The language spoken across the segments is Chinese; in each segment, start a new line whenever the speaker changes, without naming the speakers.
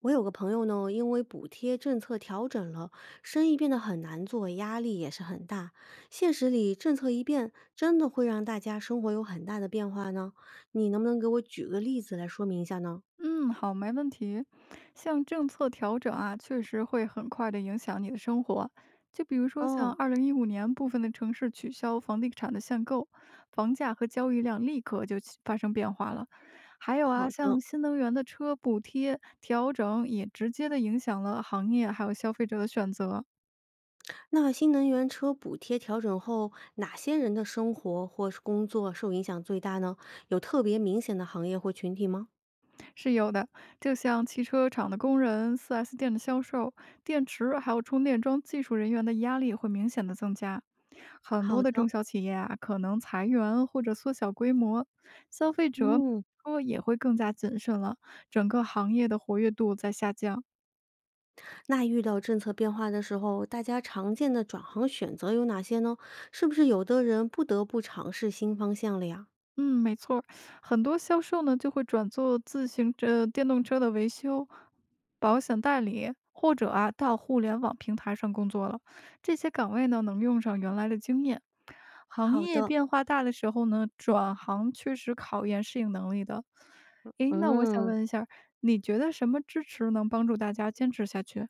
我有个朋友呢，因为补贴政策调整了，生意变得很难做，压力也是很大。现实里，政策一变，真的会让大家生活有很大的变化呢？你能不能给我举个例子来说明一下呢？
嗯，好，没问题。像政策调整啊，确实会很快的影响你的生活。就比如说，像
哦，
二零一五年部分的城市取消房地产的限购，房价和交易量立刻就起发生变化了。还有
好
啊，
的。
像新能源的车补贴调整，也直接的影响了行业还有消费者的选择。
那新能源车补贴调整后，哪些人的生活或是工作受影响最大呢？有特别明显的行业或群体吗？
是有的，就像汽车厂的工人、4S 店的销售、电池还有充电桩技术人员的压力会明显的增加。很多
好
的
的，
中小企业啊，可能裁员或者缩小规模，消费者
嗯。
说也会更加谨慎了，整个行业的活跃度在下降。
那遇到政策变化的时候，大家常见的转行选择有哪些呢？是不是有的人不得不尝试新方向了呀？
嗯，没错儿，很多销售呢就会转做自行车、电动车的维修、保险代理，或者啊到互联网平台上工作了。这些岗位呢能用上原来的经验。行
好
业
的，
变化大的时候呢，转行确实考验适应能力的。诶，那我想
嗯，
问一下儿，你觉得什么支持能帮助大家坚持下去？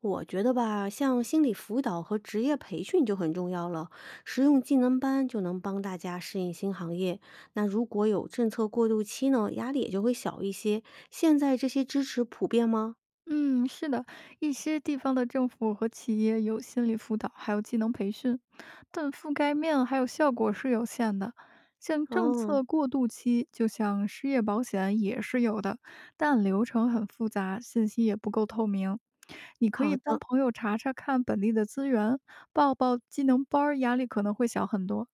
我觉得吧，像心理辅导和职业培训就很重要了，实用技能班就能帮大家适应新行业。那如果有政策过渡期呢，压力也就会小一些。现在这些支持普遍吗？
嗯，是的，一些地方的政府和企业有心理辅导，还有技能培训，但覆盖面还有效果是有限的。像政
嗯，
策过渡期，就像失业保险也是有的，但流程很复杂，信息也不够透明。你可
好
以帮
的。
朋友查查看本地的资源，报报技能班儿压力可能会小很多。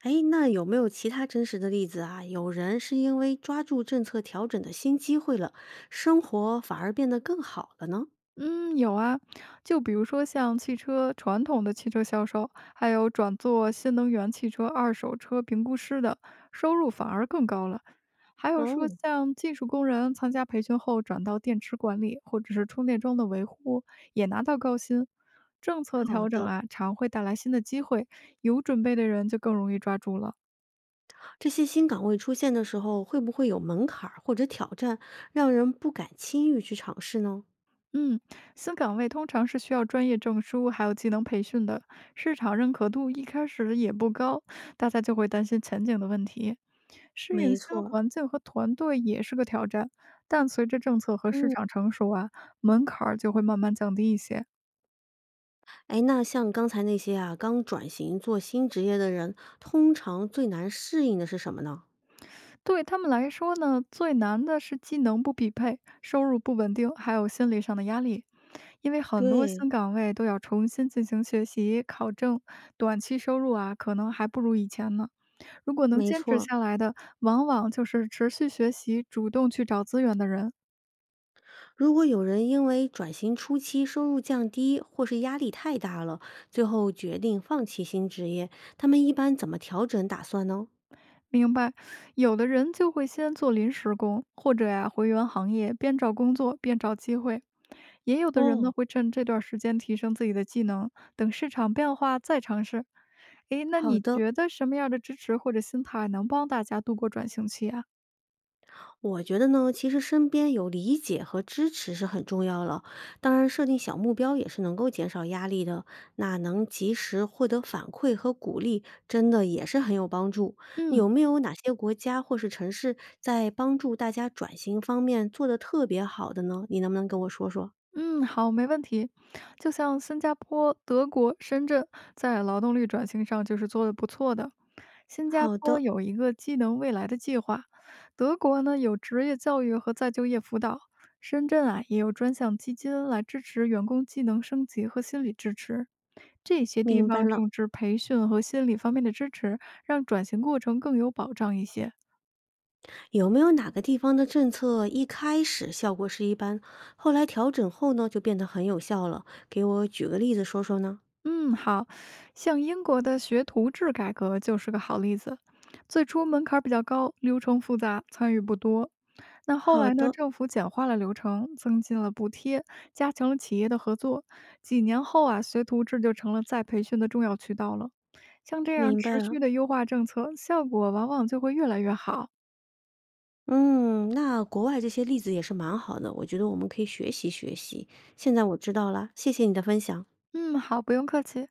哎，那有没有其他真实的例子啊？有人是因为抓住政策调整的新机会了，生活反而变得更好了呢？
嗯，有啊，就比如说像汽车传统的汽车销售，还有转做新能源汽车二手车评估师的收入反而更高了。还有说
哦，
像技术工人参加培训后转到电池管理或者是充电桩的维护，也拿到高薪。政策
好
调整
的，
啊，常会带来新的机会，有准备的人就更容易抓住了。
这些新岗位出现的时候，会不会有门槛儿或者挑战，让人不敢轻易去尝试呢？
嗯，新岗位通常是需要专业证书，还有技能培训的，市场认可度一开始也不高，大家就会担心前景的问题。适应
没
新
错，
环境和团队也是个挑战，但随着政策和市
嗯，
场成熟啊，门槛儿就会慢慢降低一些。
哎，那像刚才那些啊，刚转型做新职业的人，通常最难适应的是什么呢？
对他们来说呢，最难的是技能不匹配、收入不稳定，还有心理上的压力。因为很多
对，
新岗位都要重新进行学习、考证，短期收入啊，可能还不如以前呢。如果能
没
坚持
错，
下来的，往往就是持续学习、主动去找资源的人。
如果有人因为转型初期收入降低，或是压力太大了，最后决定放弃新职业，他们一般怎么调整打算呢？
明白，有的人就会先做临时工，或者呀、回原行业，边找工作边找机会；也有的人呢
哦，
会趁这段时间提升自己的技能，等市场变化再尝试。诶，那
好
你
的，
觉得什么样的支持或者心态能帮大家度过转型期啊？
我觉得呢，其实身边有理解和支持是很重要了。当然，设定小目标也是能够减少压力的。那能及时获得反馈和鼓励，真的也是很有帮助。
嗯。
有没有哪些国家或是城市在帮助大家转型方面做得特别好的呢？你能不能跟我说说？
嗯，好，没问题。就像新加坡、德国、深圳在劳动力转型上就是做的不错的。新加
好
坡
的，
有一个技能未来的计划，德国呢有职业教育和再就业辅导，深圳啊也有专项基金来支持员工技能升级和心理支持。这些地
明白
方
了。
政视培训和心理方面的支持，让转型过程更有保障一些。
有没有哪个地方的政策一开始效果是一般，后来调整后呢就变得很有效了？给我举个例子说说呢？
嗯，好，像英国的学徒制改革就是个好例子。最初门槛儿比较高，流程复杂，参与不多。那后
好
来呢，
的，
政府简化了流程，增进了补贴，加强了企业的合作。几年后啊，学徒制就成了再培训的重要渠道了。像这样
明白
持
了。
续的优化政策，效果往往就会越来越好。
嗯，那国外这些例子也是蛮好的，我觉得我们可以学习学习。现在我知道了，谢谢你的分享。
嗯，好，不用客气。